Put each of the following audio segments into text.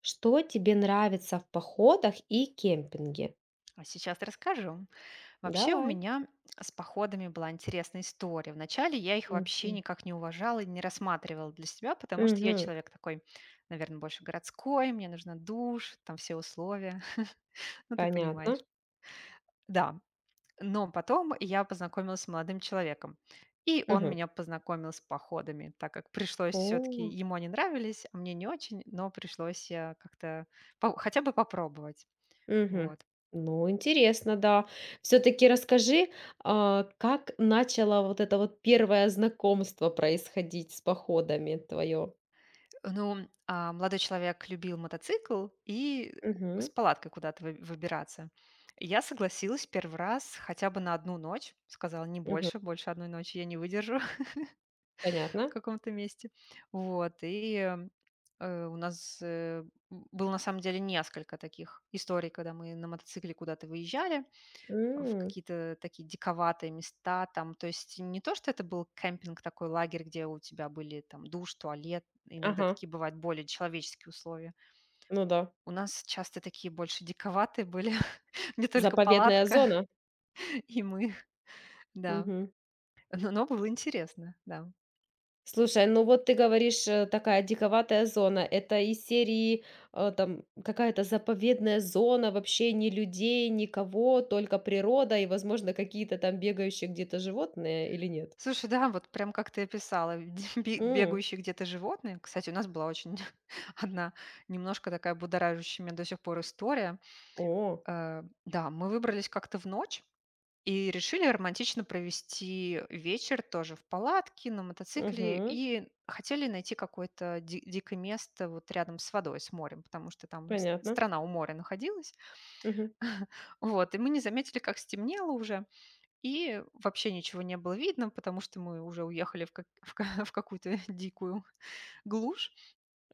Что тебе нравится в походах и кемпинге? Сейчас расскажу. Вообще у Давай. меня с походами была интересная история. Вначале я их вообще Мгм. никак не уважала и не рассматривала для себя, потому что я Мгм. человек такой, наверное, больше городской, мне нужна душ, там все условия. Ну, ты понимаешь. Понятно. Да. Но потом я познакомилась с молодым человеком. И он Мгм. меня познакомил с походами, так как пришлось О, все-таки, ему они нравились, а мне не очень, но пришлось как-то хотя бы попробовать. мгм. Вот. Ну, интересно, да. Все-таки расскажи, как начало вот это вот первое знакомство происходить с походами твое? Ну, молодой человек любил мотоцикл и с Мгм. палаткой куда-то выбираться. Я согласилась первый раз хотя бы на одну ночь. Сказала, не Мгм. больше, больше одной ночи я не выдержу в Понятно. каком-то месте. Вот, и у нас было на самом деле несколько таких историй, когда мы на мотоцикле куда-то выезжали, в М. какие-то такие диковатые места там. То есть не то, что это был кемпинг, такой лагерь, где у тебя были там душ, туалет, иногда Ага. такие бывают более человеческие условия. Ну да. У нас часто такие больше диковатые были, не только Заповедная палатка зона. и мы, да. Но было интересно, да. Слушай, ну вот ты говоришь, такая диковатая зона. Это из серии, там какая-то заповедная зона, вообще ни людей, никого, только природа и, возможно, какие-то там бегающие где-то животные или нет? Слушай, да, вот прям как ты описала, М, бегающие где-то животные. Кстати, у нас была очень одна немножко такая будоражащая меня до сих пор история. о, Да, мы выбрались как-то в ночь, и решили романтично провести вечер тоже в палатке, на мотоцикле, мгм, и хотели найти какое-то дикое место вот рядом с водой, с морем, потому что там понятно. страна у моря находилась. Мгм. Вот, и мы не заметили, как стемнело уже, и вообще ничего не было видно, потому что мы уже уехали в, в какую-то дикую глушь.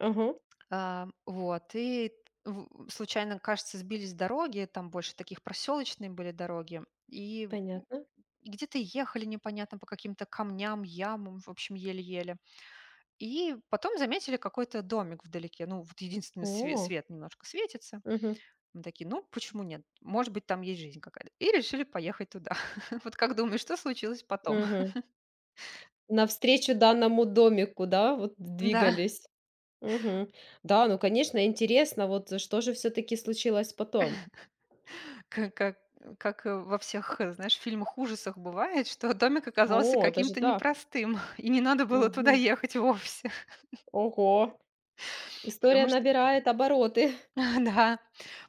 Ага, Вот, и случайно, кажется, сбились с дороги, там больше таких проселочные были дороги, и понятно. Где-то ехали непонятно по каким-то камням, ямам, в общем, еле-еле. И потом заметили какой-то домик вдалеке. Ну, вот единственный О, свет немножко светится. мгм, Мы такие, ну, почему нет? Может быть, там есть жизнь какая-то. И решили поехать туда. Вот как думаешь, что случилось потом? мгм. Навстречу данному домику, да, вот Да, двигались? Мгм. Да, ну, конечно, интересно, вот, что же все таки случилось потом? как, как, как во всех, знаешь, фильмах ужасах бывает, что домик оказался О, даже каким-то так. непростым, и не надо было туда Мгм. ехать вовсе, Ого, история потому что набирает обороты. да,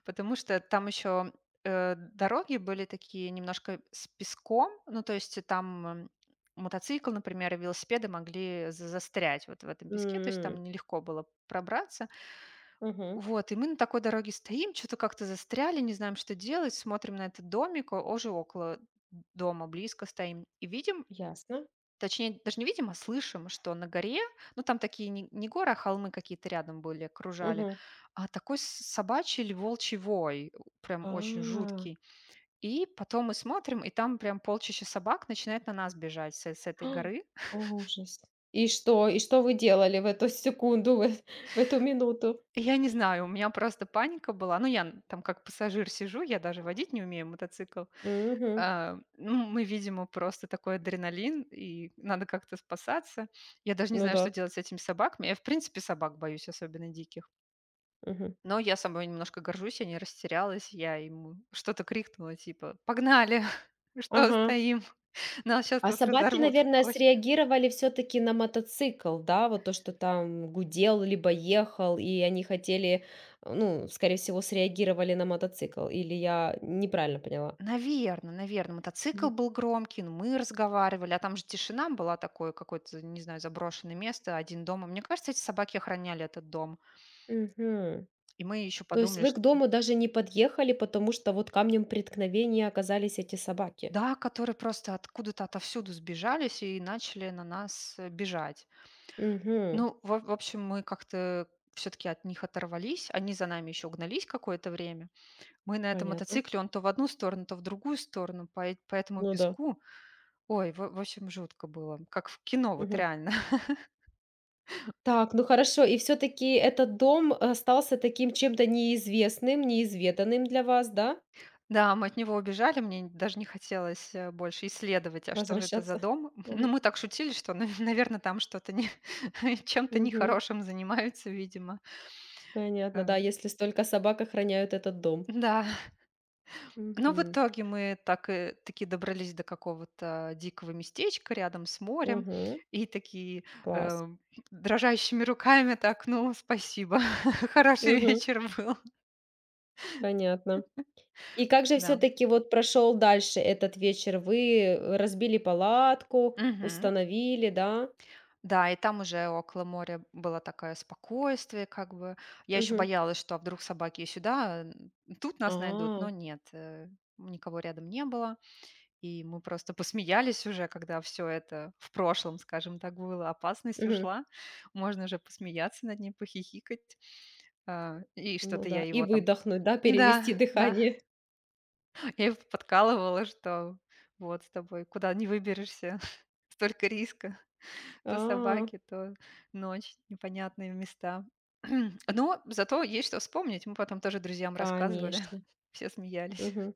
потому что там еще, дороги были такие немножко с песком. Ну, то есть там, мотоцикл, например, и велосипеды могли за застрять вот в этом песке, то есть там М, нелегко было пробраться. мгм. Вот, и мы на такой дороге стоим, что то как-то застряли, не знаем, что делать, смотрим на этот домик, о уже около дома близко стоим, и видим. Ясно. Точнее, даже не видим, а слышим, что на горе, ну, там такие не горы, а холмы какие-то рядом были, окружали, Мгм. а такой собачий или волчий вой, прям очень А. жуткий. И потом мы смотрим, и там прям полчища собак начинает на нас бежать с, с этой горы. о Ужас. И что? И что вы делали в эту секунду, в эту минуту? И я не знаю, у меня просто паника была. Ну, я там как пассажир сижу, я даже водить не умею мотоцикл. Мгм. Ну, мы, видимо, просто такой адреналин, и надо как-то спасаться. Я даже не Ну знаю, да. что делать с этими собаками. Я, в принципе, собак боюсь, особенно диких. Мгм. Но я собой немножко горжусь, я не растерялась, я ему что-то крикнула, типа: «Погнали! Что Ага. стоим? Нас сейчас А тут собаки, разорвут в наверное, клочья». среагировали все таки на мотоцикл, да? Вот то, что там гудел либо ехал, и они хотели, ну, скорее всего, среагировали на мотоцикл. Или я неправильно поняла? Наверное, мотоцикл Мгм. был громкий, ну, мы разговаривали, а там же тишина была, такое какое-то, не знаю, заброшенное место, один дом. И мне кажется, эти собаки охраняли этот дом. Мгм. И мы еще То есть подумали, вы к что дому даже не подъехали, потому что вот камнем преткновения оказались эти собаки? да, которые просто откуда-то отовсюду сбежались и начали на нас, бежать. Мгм. Ну, в общем, мы как-то все таки от них оторвались. Они за нами еще гнались какое-то время. Мы на этом Понятно. мотоцикле, он то в одну сторону, то в другую сторону по эт по этому Ну да. песку. Ой, в общем, жутко было, как в кино, вот Мгм. реально. Так, ну хорошо. И все таки этот дом остался таким чем-то неизвестным, неизведанным для вас, да? Да, мы от него убежали, мне даже не хотелось, больше исследовать, а что же это за Возвращаться. дом. Ну, Мгм. мы так шутили, что, наверное, там что-то не чем-то Мгм. нехорошим занимаются, видимо. Понятно, Э, да, если столько собак охраняют этот дом. да. Но в Мгм. итоге мы так и таки добрались до какого-то дикого местечка рядом с морем Мгм. и такие, Класс. э, дрожащими руками так: «Ну, спасибо, хороший Мгм. вечер был». Понятно. И как же все Да. таки вот прошел дальше этот вечер? Вы, разбили палатку, Мгм. установили, да? Да, и там уже около моря было такое спокойствие как бы. Я еще Мгм. боялась, что, а вдруг собаки и сюда, тут нас найдут, А, но нет, никого рядом не было. И мы просто посмеялись уже, когда все это в прошлом, скажем так, было. Опасность мгм. ушла, можно уже посмеяться над ним, похихикать. И Ну что-то я да. И его там выдохнуть, да, да, перевести да. дыхание. Я его подкалывала, что вот с тобой куда не выберешься, столько риска. То А, собаки, то ночь, непонятные места. Но зато есть что вспомнить. Мы потом тоже друзьям рассказывали, конечно. все смеялись. Мгм.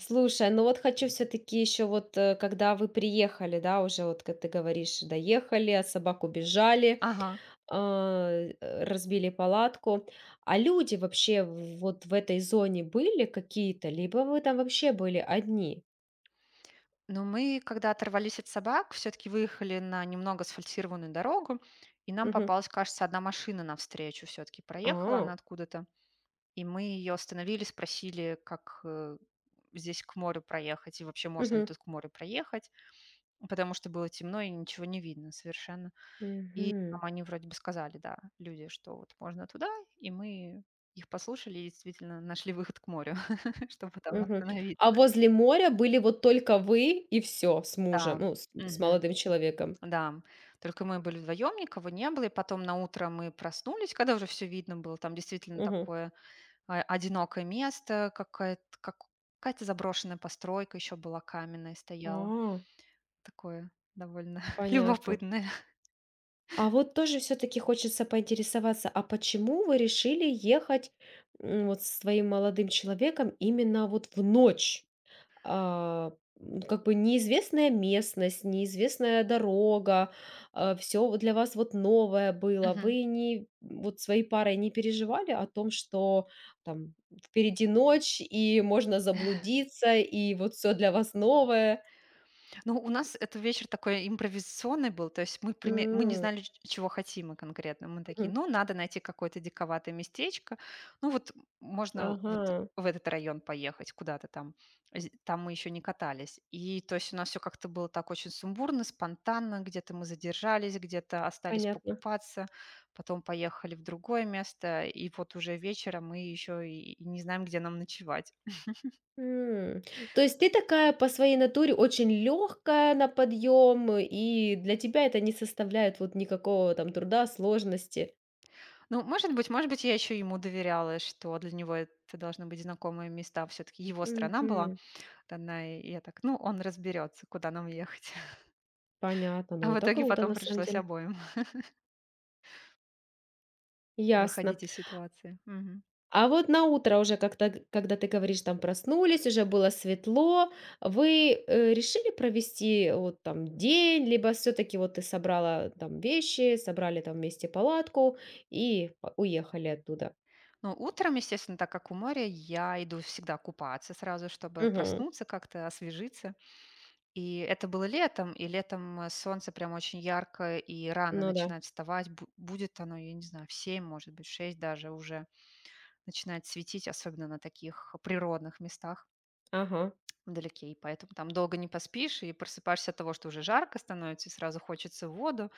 Слушай, ну вот хочу все таки еще вот, когда вы приехали, да, уже вот, как ты говоришь, доехали, от собак убежали, Ага. Разбили палатку. А люди вообще в вот в этой зоне были какие-то, либо вы там вообще были одни? Но мы, когда оторвались от собак, все-таки выехали на немного асфальтированную дорогу, и нам Мгм. попалась, кажется, одна машина навстречу все-таки. Проехала А, она откуда-то, и мы ее остановили, спросили, как здесь к морю проехать, и вообще можно ли мгм, тут к морю проехать, потому что было темно и ничего не видно совершенно. И мгм, нам они вроде бы сказали, да, люди, что вот можно туда, и мы их послушали и действительно нашли выход к морю, чтобы там мгм. остановиться. А возле моря были вот только вы и все с мужем, Да. ну, с молодым человеком? Да, только мы были вдвоем, никого не было. И потом на утро мы проснулись, когда уже все видно было. Там действительно Мгм. такое одинокое место, какая-то заброшенная постройка еще была каменная стояла. А, Такое довольно понятно. любопытное. А вот тоже все таки хочется поинтересоваться, а почему вы решили ехать, вот с своим молодым человеком именно вот в ночь? А, как бы неизвестная местность, неизвестная дорога, все для вас вот новое было. Вы не вот своей парой не переживали о том, что там впереди ночь и можно заблудиться, и вот все для вас новое. Ну, у нас этот вечер такой импровизационный был, то есть мы, мы не М, знали, чего хотим мы конкретно. Мы такие, мгм. ну, надо найти какое-то диковатое местечко. Ну, вот можно вот Ага, в этот район поехать куда-то там. Там мы еще не катались. И то есть у нас все как-то было так очень сумбурно, спонтанно. Где-то мы задержались, где-то остались понятно. покупаться. Потом поехали в другое место. И вот уже вечером мы еще и не знаем, где нам ночевать. М, то есть ты такая по своей натуре очень легкая на подъем, и для тебя это не составляет вот никакого там труда, сложности. Ну, может быть, я еще ему доверяла, что для него это должны быть знакомые места. Все-таки его страна была Мгм. одна, и я так, ну, он разберется, куда нам ехать. Понятно, А ну в это итоге круто потом на самом пришлось деле. обоим Ясно. выходить из ситуации. Мгм. А вот на утро уже как-то, когда ты говоришь, там проснулись, уже было светло, вы решили провести вот там день, либо все-таки вот ты собрала там вещи, собрали там вместе палатку и уехали оттуда. Ну, утром, естественно, так как у моря, я иду всегда купаться сразу, чтобы Угу. проснуться как-то, освежиться. И это было летом, и летом солнце прям очень ярко и рано Ну да. начинает вставать. Будет оно, я не знаю, в 7, может быть, в 6 даже уже начинает светить, особенно на таких природных местах Ага. вдалеке, и поэтому там долго не поспишь, и просыпаешься от того, что уже жарко становится, и сразу хочется в воду.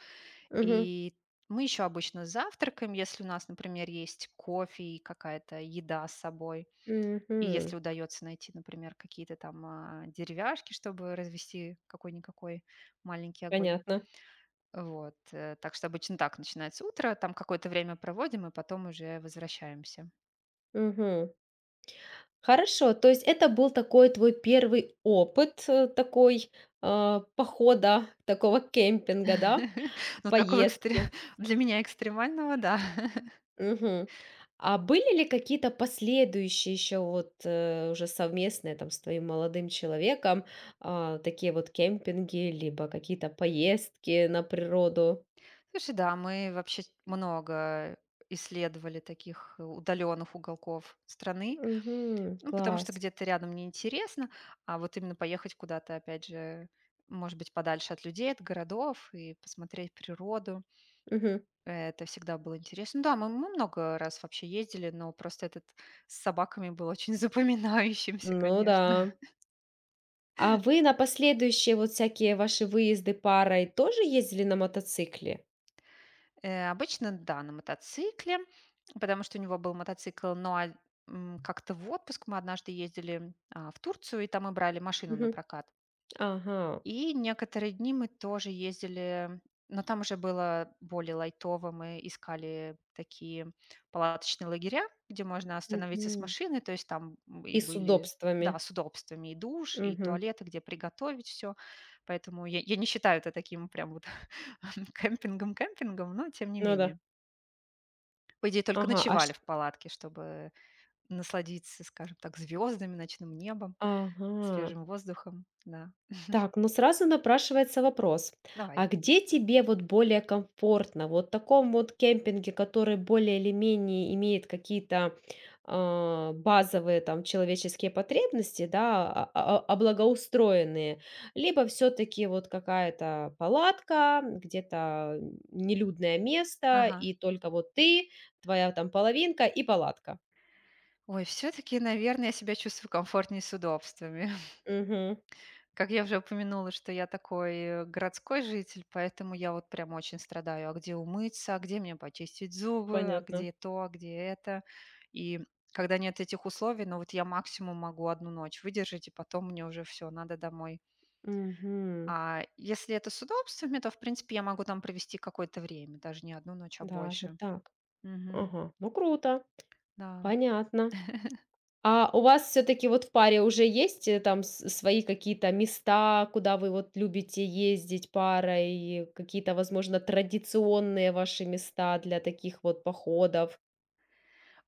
Угу. И мы еще обычно завтракаем, если у нас, например, есть кофе и какая-то еда с собой, и если Угу. удается найти, например, какие-то там деревяшки, чтобы развести какой-никакой маленький огонь. Понятно. Вот. Так что обычно так начинается утро, там какое-то время проводим, и потом уже возвращаемся. Угу. Хорошо, то есть это был такой твой первый опыт, такой, похода, такого кемпинга, да, Ну, такого экстре поездки. для меня экстремального, да. Мгм. А были ли какие-то последующие еще вот, уже совместные там с твоим молодым человеком, такие вот кемпинги, либо какие-то поездки на природу? Слушай, да, мы вообще много исследовали таких удаленных уголков страны, Мгм. ну, потому что Класс. где-то рядом неинтересно, а вот именно поехать куда-то, опять же, может быть, подальше от людей, от городов и посмотреть природу. Мгм. Это всегда было интересно. Ну да, мы много раз вообще ездили, но просто этот с собаками был очень запоминающимся, Ну да. конечно. А вы на последующие вот всякие ваши выезды парой тоже ездили на мотоцикле? Обычно, да, на мотоцикле, потому что у него был мотоцикл, но, как-то в отпуск мы однажды ездили, в Турцию, и там мы брали машину на прокат. Ага, И некоторые дни мы тоже ездили, но там уже было более лайтово. Мы искали такие палаточные лагеря, где можно остановиться с мгм. машиной, то есть там, и И с были да, удобствами. с удобствами и душ, и Мгм. туалеты, где приготовить все. Поэтому я не считаю это таким прям вот кемпингом-кемпингом, но тем не Ну да. менее. По идее, только Ага, а ш ночевали в палатке, чтобы насладиться, скажем так, звездами, ночным небом, ага. свежим воздухом. Да, Так, ну сразу напрашивается вопрос, давай. а где тебе вот более комфортно? Вот в таком вот кемпинге, который более или менее имеет какие-то базовые там человеческие потребности, да, облагоустроенные, либо все-таки вот какая-то палатка, где-то нелюдное место, Ага. и только вот ты, твоя там половинка и палатка. Ой, все-таки, наверное, я себя чувствую комфортнее с удобствами. Угу, Как я уже упомянула, что я такой городской житель, поэтому я вот прям очень страдаю. А где умыться, а где мне почистить зубы, а понятно. где то, а где это. И когда нет этих условий, ну вот я максимум могу одну ночь выдержать, и потом мне уже все, надо домой. Угу, А если это с удобствами, то, в принципе, я могу там провести какое-то время, даже не одну ночь, а даже больше. так. Мгм. Ага, ну круто. Да. Понятно. А у вас все-таки вот в паре уже есть там свои какие-то места, куда вы вот любите ездить парой, какие-то, возможно, традиционные ваши места для таких вот походов?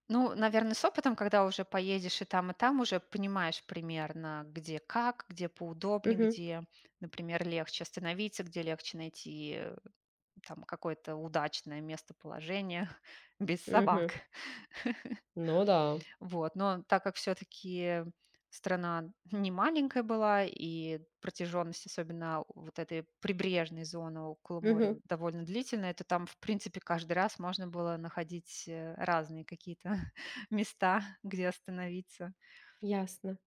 Ну, наверное, с опытом, когда уже поедешь и там, уже понимаешь примерно, где как, где поудобнее, Угу, где, например, легче остановиться, где легче найти там какое-то удачное местоположение без угу. собак. Ну да. Вот. Но так как все-таки страна не маленькая была, и протяженность, особенно вот этой прибрежной зоны около моря, Угу, довольно длительная, то там, в принципе, каждый раз можно было находить разные какие-то места, где остановиться. ясно.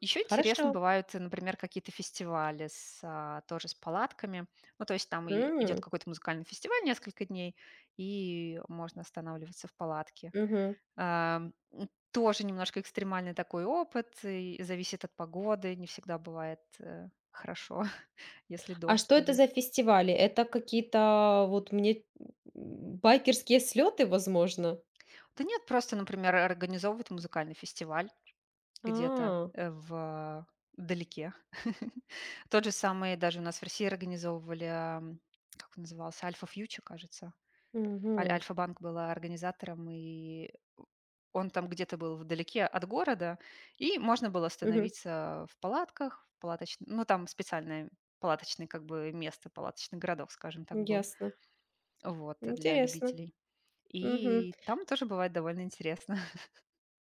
Еще Хорошо. интересно бывают, например, какие-то фестивали с, тоже с палатками. Ну, то есть там и идет М, какой-то музыкальный фестиваль несколько дней, и можно останавливаться в палатке. мгм. Тоже немножко экстремальный такой опыт, и зависит от погоды, не всегда бывает, хорошо, если А дождь что это пойдет. за фестивали? Это какие-то вот мне байкерские слеты, возможно? Да нет, просто, например, организовывают музыкальный фестиваль где-то, А, э, в вдалеке. Тот же самый даже у нас в России организовывали, как он назывался, «Альфа Фьючи», кажется. Угу, Альфа-банк была организатором, и он там где-то был вдалеке от города, и можно было угу. остановиться в палатках, в палаточ ну, там специальное палаточное как бы место, палаточный городок, скажем так, был, Ясно. вот, для Интересно. любителей. Мгм. И там тоже бывает довольно интересно.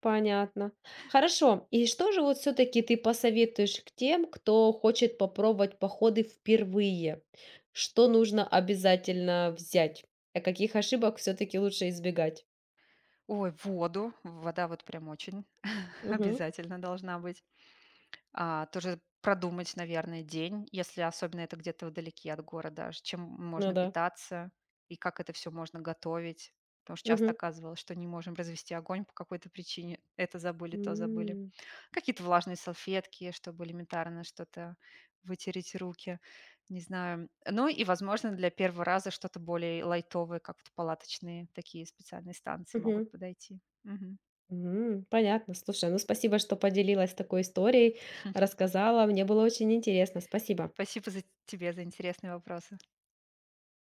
Понятно. Хорошо. И что же вот все-таки ты посоветуешь к тем, кто хочет попробовать походы впервые? Что нужно обязательно взять? А каких ошибок все-таки лучше избегать? Ой, воду. Вода вот прям очень Мгм. обязательно должна быть. Тоже продумать, наверное, день, если особенно это где-то вдалеке от города, чем Ну можно да. питаться и как это все можно готовить. Потому что часто Мгм. оказывалось, что не можем развести огонь по какой-то причине. Это забыли, то забыли. М, Какие-то влажные салфетки, чтобы элементарно что-то вытереть руки, не знаю. Ну и, возможно, для первого раза что-то более лайтовое, как вот палаточные такие специальные станции могут мгм. подойти. Мгм. М, Понятно. Слушай, ну спасибо, что поделилась такой историей, рассказала. Мне было очень интересно. Спасибо. Спасибо за тебе за интересные вопросы.